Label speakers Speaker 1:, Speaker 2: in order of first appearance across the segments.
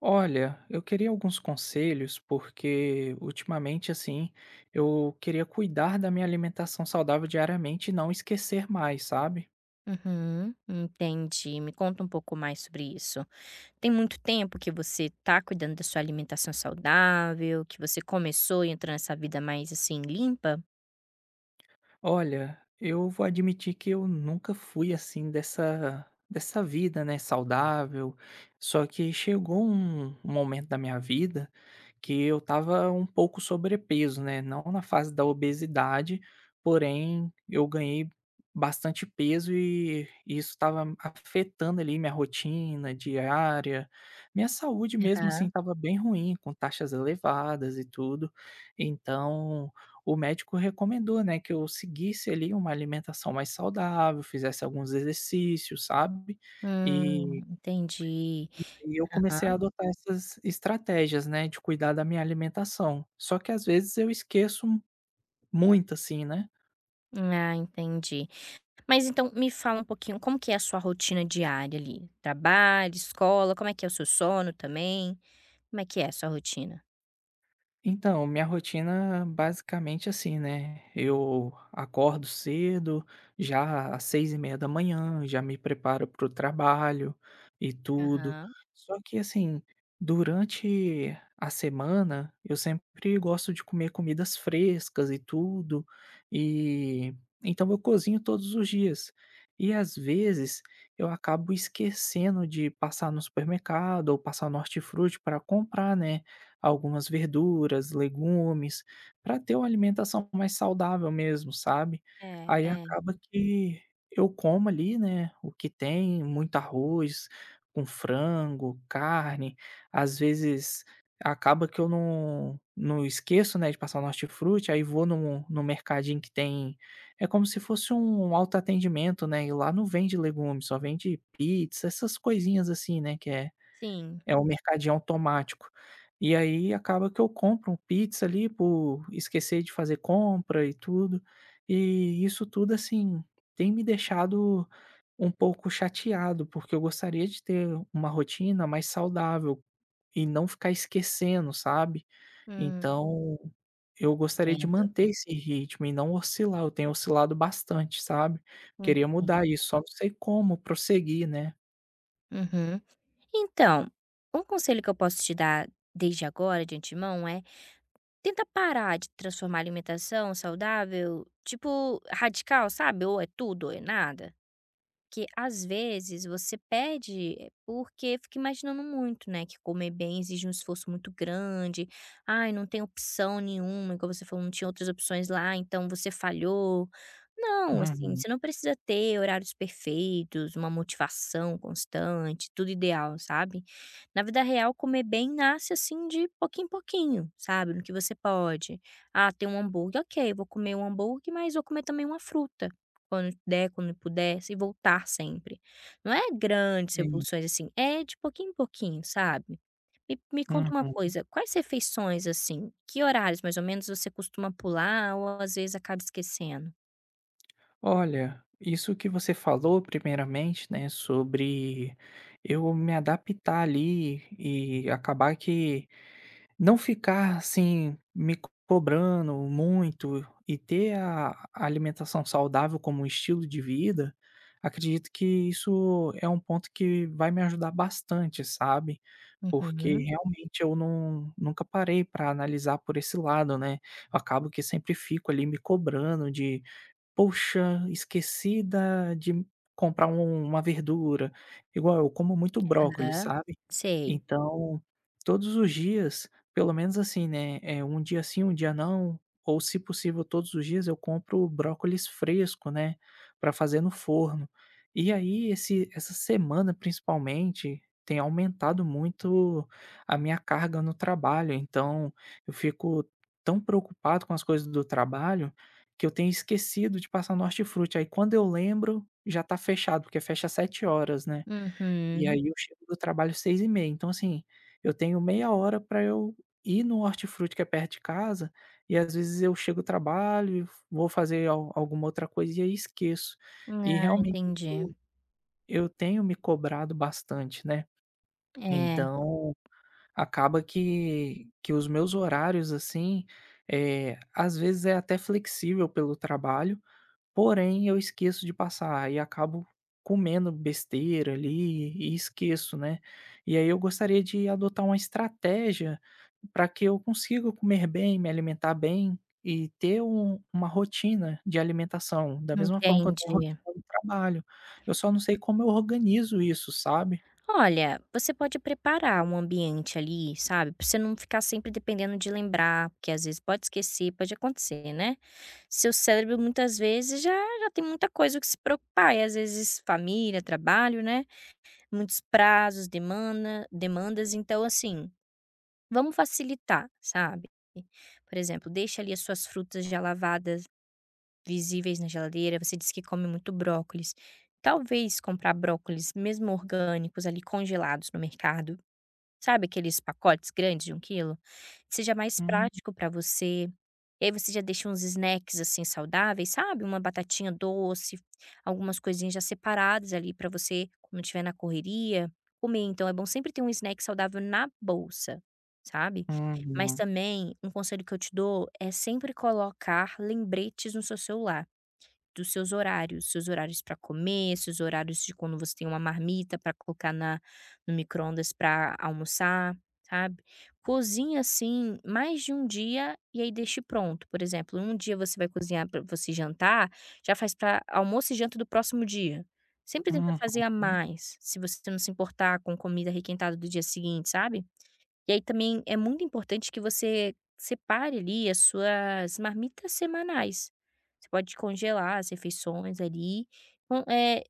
Speaker 1: Olha, eu queria alguns conselhos, porque ultimamente, assim, eu queria cuidar da minha alimentação saudável diariamente e não esquecer mais, sabe?
Speaker 2: Uhum, entendi. Me conta um pouco mais sobre isso. Tem muito tempo que você tá cuidando da sua alimentação saudável, que você começou e entrou nessa vida mais assim limpa?
Speaker 1: Olha, eu vou admitir que eu nunca fui assim dessa vida, né, saudável. Só que chegou um momento da minha vida que eu estava um pouco sobrepeso, né? Não na fase da obesidade, porém eu ganhei bastante peso e isso estava afetando ali minha rotina diária, minha saúde mesmo assim
Speaker 2: Aham.
Speaker 1: estava bem ruim, com taxas elevadas e tudo. Então, o médico recomendou, né, que eu seguisse ali uma alimentação mais saudável, fizesse alguns exercícios, sabe. E
Speaker 2: Entendi.
Speaker 1: e aí eu comecei a
Speaker 2: Aham.
Speaker 1: adotar essas estratégias, né, de cuidar da minha alimentação. Só que às vezes eu esqueço muito, assim, né.
Speaker 2: Ah, entendi. Mas então me fala um pouquinho como que é a sua rotina diária ali? Trabalho, escola, como é que é o seu sono também? Como é que é a sua rotina?
Speaker 1: Então, minha rotina basicamente assim, né? Eu acordo cedo, já às 6h30 da manhã, já me preparo para o trabalho e tudo.
Speaker 2: Aham.
Speaker 1: Só que assim, durante a semana, eu sempre gosto de comer comidas frescas e tudo. E então eu cozinho todos os dias. E às vezes eu acabo esquecendo de passar no supermercado ou passar no hortifruti para comprar, né, algumas verduras, legumes, para ter uma alimentação mais saudável mesmo, sabe.
Speaker 2: É,
Speaker 1: Aí
Speaker 2: é.
Speaker 1: acaba que eu como ali, né, o que tem, muito arroz com frango, carne, às vezes acaba que eu não esqueço, né, de passar no hortifruti, aí vou no mercadinho que tem, é como se fosse um autoatendimento, né, e lá não vende legumes, só vende pizza, essas coisinhas assim, né, que é
Speaker 2: Sim.
Speaker 1: é um mercadinho automático. E aí acaba que eu compro um pizza ali por esquecer de fazer compra e tudo. E isso tudo, assim, tem me deixado um pouco chateado, porque eu gostaria de ter uma rotina mais saudável e não ficar esquecendo, sabe.
Speaker 2: Hum,
Speaker 1: Então, eu gostaria de
Speaker 2: entendo.
Speaker 1: manter esse ritmo e não oscilar, eu tenho oscilado bastante, sabe. Queria
Speaker 2: Entendo.
Speaker 1: mudar isso, só não sei como prosseguir, né.
Speaker 2: Uhum. Então, um conselho que eu posso te dar desde agora, de antemão, é tenta parar de transformar a alimentação saudável, tipo, radical, sabe? Ou é tudo ou é nada. Que às vezes você pede é, porque fica imaginando muito, né, que comer bem exige um esforço muito grande. "Ai, não tem opção nenhuma", igual você falou, não tinha outras opções lá, então você falhou. Não, assim,
Speaker 1: Uhum,
Speaker 2: você não precisa ter horários perfeitos, uma motivação constante, tudo ideal, sabe. Na vida real, comer bem nasce, assim, de pouquinho em pouquinho, sabe, no que você pode. "Ah, tem um hambúrguer, ok, vou comer um hambúrguer, mas vou comer também uma fruta" quando der, quando pudesse, e voltar sempre. Não é grandes
Speaker 1: sim.
Speaker 2: revoluções, assim, é de pouquinho em pouquinho, sabe. Me conta uma
Speaker 1: Uhum.
Speaker 2: coisa, quais refeições, assim, que horários mais ou menos você costuma pular ou às vezes acaba esquecendo?
Speaker 1: Olha, isso que você falou primeiramente, né, sobre eu me adaptar ali e acabar que não ficar assim me cobrando muito e ter a alimentação saudável como um estilo de vida, acredito que isso é um ponto que vai me ajudar bastante, sabe? Porque
Speaker 2: Uhum.
Speaker 1: realmente eu não, nunca parei para analisar por esse lado, né? Eu acabo que sempre fico ali me cobrando de: poxa, esqueci da de comprar uma verdura. Igual eu como muito brócolis,
Speaker 2: Tá.
Speaker 1: sabe?
Speaker 2: Sei.
Speaker 1: Então, todos os dias, pelo menos assim, né, é um dia sim, um dia não, ou se possível todos os dias, eu compro brócolis fresco, né, para fazer no forno. E aí esse essa semana principalmente, tem aumentado muito a minha carga no trabalho, então eu fico tão preocupado com as coisas do trabalho, que eu tenho esquecido de passar no hortifruti, aí quando eu lembro, já tá fechado, porque fecha às 7 horas, né. E
Speaker 2: Uhum.
Speaker 1: aí eu chego do trabalho 6h30, então assim, eu tenho meia hora para eu ir no hortifruti que é perto de casa, e às vezes eu chego do trabalho, vou fazer al alguma outra coisa e aí esqueço. E
Speaker 2: Ah,
Speaker 1: realmente isso
Speaker 2: entendi.
Speaker 1: eu tenho me cobrado bastante, né.
Speaker 2: É,
Speaker 1: Então, acaba que os meus horários, assim, é às vezes é até flexível pelo trabalho, porém, eu esqueço de passar e acabo comendo besteira ali e esqueço, né. E aí eu gostaria de adotar uma estratégia para que eu consiga comer bem, me alimentar bem e ter uma rotina de alimentação, da mesma forma que eu tenho a
Speaker 2: entendi.
Speaker 1: rotina do trabalho. Eu só não sei como eu organizo isso, sabe.
Speaker 2: Olha, você pode preparar um ambiente ali, sabe? Pra você não ficar sempre dependendo de lembrar, porque às vezes pode esquecer, pode acontecer, né? Seu cérebro muitas vezes já tem muita coisa que se preocupar, e às vezes família, trabalho, né? Muitos prazos, demandas. Então, assim, vamos facilitar, sabe? Por exemplo, deixa ali as suas frutas já lavadas, visíveis na geladeira. Você disse que come muito brócolis. Talvez comprar brócolis, mesmo orgânicos, ali congelados no mercado. Sabe aqueles pacotes grandes de um quilo? Seja mais
Speaker 1: Hum.
Speaker 2: prático para você. E aí você já deixa uns snacks, assim, saudáveis, sabe, uma batatinha doce, algumas coisinhas já separadas ali para você, quando estiver na correria, comer. Então é bom sempre ter um snack saudável na bolsa, sabe. Mas
Speaker 1: Uhum.
Speaker 2: também, um conselho que eu te dou é sempre colocar lembretes no seu celular dos seus horários para comer, seus horários de quando você tem uma marmita para colocar na no micro-ondas para almoçar, sabe. Cozinha, assim, mais de um dia e aí deixe pronto. Por exemplo, um dia você vai cozinhar para você jantar, já faz para almoço e janta do próximo dia. Sempre tenta fazer a
Speaker 1: Uhum.
Speaker 2: mais, se você não se importar com comida requentada do dia seguinte, sabe. E aí também é muito importante que você separe ali as suas marmitas semanais. Você pode congelar as refeições ali. Então, é,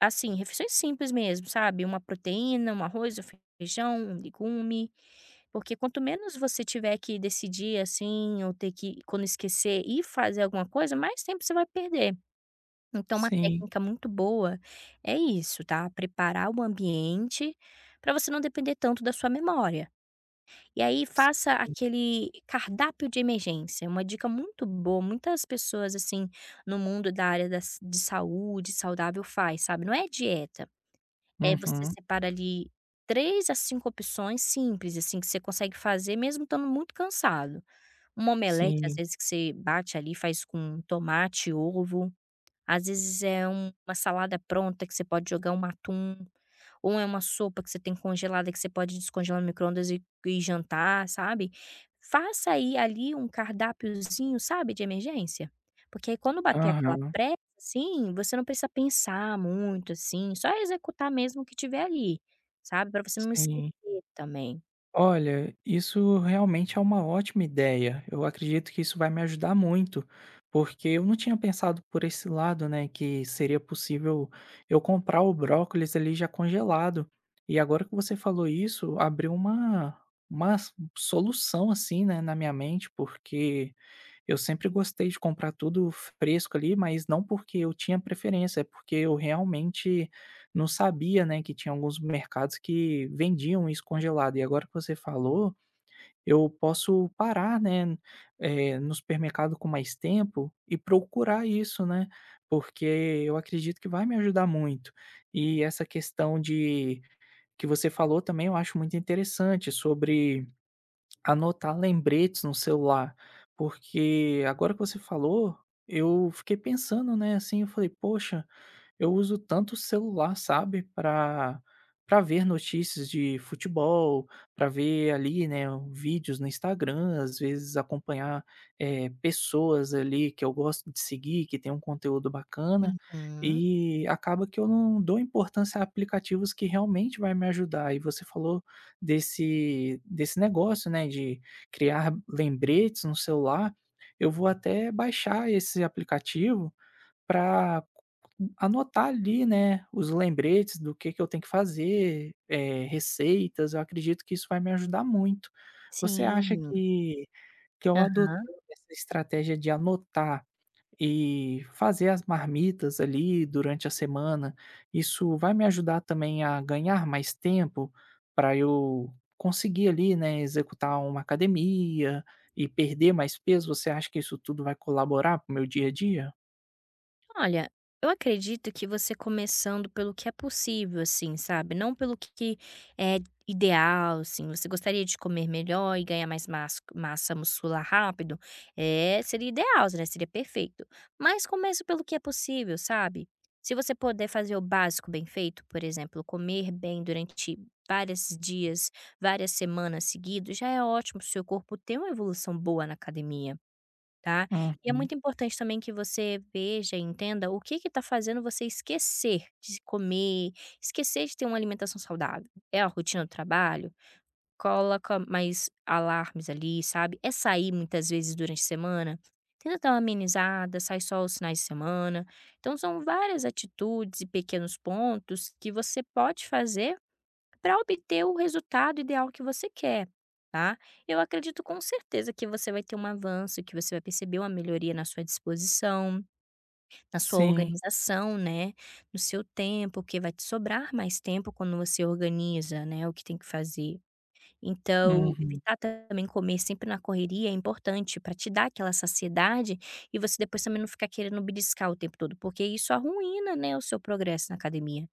Speaker 2: assim, refeições simples mesmo, sabe? Uma proteína, um arroz, um feijão, um legume. Porque quanto menos você tiver que decidir assim, ou ter que, quando esquecer, ir fazer alguma coisa, mais tempo você vai perder. Então, uma
Speaker 1: Sim,
Speaker 2: técnica muito boa é isso, tá? Preparar o ambiente para você não depender tanto da sua memória. E aí
Speaker 1: sim.
Speaker 2: faça aquele cardápio de emergência, uma dica muito boa, muitas pessoas, assim, no mundo da área da s de saúde, saudável faz, sabe, não é dieta, é você
Speaker 1: Uhum.
Speaker 2: separa ali 3 a 5 opções simples, assim, que você consegue fazer mesmo estando muito cansado. Uma omelete, às
Speaker 1: Sim.
Speaker 2: vezes, que você bate ali, faz com tomate, ovo, às vezes é uma salada pronta que você pode jogar um atum. Ou é uma sopa que você tem congelada que você pode descongelar no micro-ondas e jantar, sabe. Faça aí ali um cardápiozinho, sabe, de emergência. Porque aí quando bater aquela
Speaker 1: Aham.
Speaker 2: pressa, assim, você não precisa pensar muito, assim, só executar mesmo o que tiver ali, sabe, para você não
Speaker 1: Sim.
Speaker 2: esquecer também.
Speaker 1: Olha, isso realmente é uma ótima ideia. Eu acredito que isso vai me ajudar muito, porque eu não tinha pensado por esse lado, né, que seria possível eu comprar o brócolis ali já congelado. E agora que você falou isso, abriu uma, uma solução assim, né, na minha mente, porque eu sempre gostei de comprar tudo fresco ali, mas não porque eu tinha preferência, é porque eu realmente não sabia, né, que tinha alguns mercados que vendiam isso congelado. E agora que você falou, eu posso parar, né, eh, no supermercado com mais tempo e procurar isso, né? Porque eu acredito que vai me ajudar muito. E essa questão de que você falou também eu acho muito interessante sobre anotar lembretes no celular, porque agora que você falou, eu fiquei pensando, né, assim, eu falei: "Poxa, eu uso tanto o celular, sabe, para ver notícias de futebol, para ver ali, né, vídeos no Instagram, às vezes acompanhar, eh, pessoas ali que eu gosto de seguir, que tem um conteúdo bacana,
Speaker 2: Uhum.
Speaker 1: e acaba que eu não dou importância a aplicativos que realmente vai me ajudar. E você falou desse negócio, né, de criar lembretes no celular, eu vou até baixar esse aplicativo para anotar ali, né, os lembretes do que eu tenho que fazer, eh, receitas, eu acredito que isso vai me ajudar muito. Você acha
Speaker 2: Sim.
Speaker 1: que eu adotando
Speaker 2: Aham.
Speaker 1: essa estratégia de anotar e fazer as marmitas ali durante a semana, isso vai me ajudar também a ganhar mais tempo para eu conseguir ali, né, executar uma academia e perder mais peso? Você acha que isso tudo vai colaborar para o meu dia a dia?"
Speaker 2: Olha, eu acredito que você começando pelo que é possível, assim, sabe? Não pelo que é ideal, assim. Você gostaria de comer melhor e ganhar massa muscular rápido? É, seria ideal, né? Seria perfeito. Mas comece pelo que é possível, sabe? Se você puder fazer o básico bem feito, por exemplo, comer bem durante vários dias, várias semanas seguidas, já é ótimo. Seu corpo tem uma evolução boa na academia, tá? E é
Speaker 1: Uhum.
Speaker 2: muito importante também que você veja e entenda o que está fazendo você esquecer de comer, esquecer de ter uma alimentação saudável. É a rotina do trabalho? Coloca mais alarmes ali, sabe? É sair muitas vezes durante a semana? Tenta dar uma amenizada, sai só os finais de semana. Então, são várias atitudes e pequenos pontos que você pode fazer para obter o resultado ideal que você quer, tá? Eu acredito com certeza que você vai ter um avanço, que você vai perceber uma melhoria na sua disposição, na sua
Speaker 1: Sim,
Speaker 2: organização, né? No seu tempo, porque vai te sobrar mais tempo quando você organiza, né? O que tem que fazer. Então,
Speaker 1: uhum,
Speaker 2: evitar também comer sempre na correria é importante para te dar aquela saciedade e você depois também não ficar querendo beliscar o tempo todo, porque isso arruína, né, o seu progresso na academia.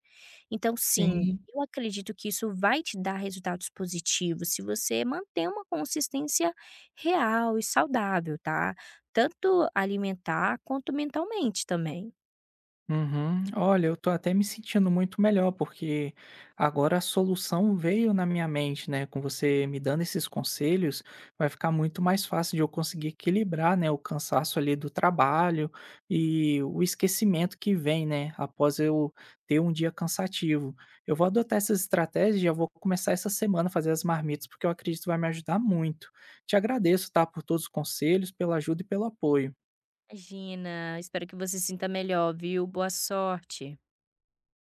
Speaker 2: Então sim,
Speaker 1: sim,
Speaker 2: eu acredito que isso vai te dar resultados positivos se você manter uma consistência real e saudável, tá. Tanto alimentar quanto mentalmente também.
Speaker 1: uhum. Olha, eu tô até me sentindo muito melhor, porque agora a solução veio na minha mente, né? Com você me dando esses conselhos, vai ficar muito mais fácil de eu conseguir equilibrar, né, o cansaço ali do trabalho e o esquecimento que vem, né, após eu ter um dia cansativo. Eu vou adotar essas estratégias e já vou começar essa semana a fazer as marmitas, porque eu acredito que vai me ajudar muito. Te agradeço, tá, por todos os conselhos, pela ajuda e pelo apoio.
Speaker 2: Imagina, espero que você se sinta melhor, viu. Boa sorte.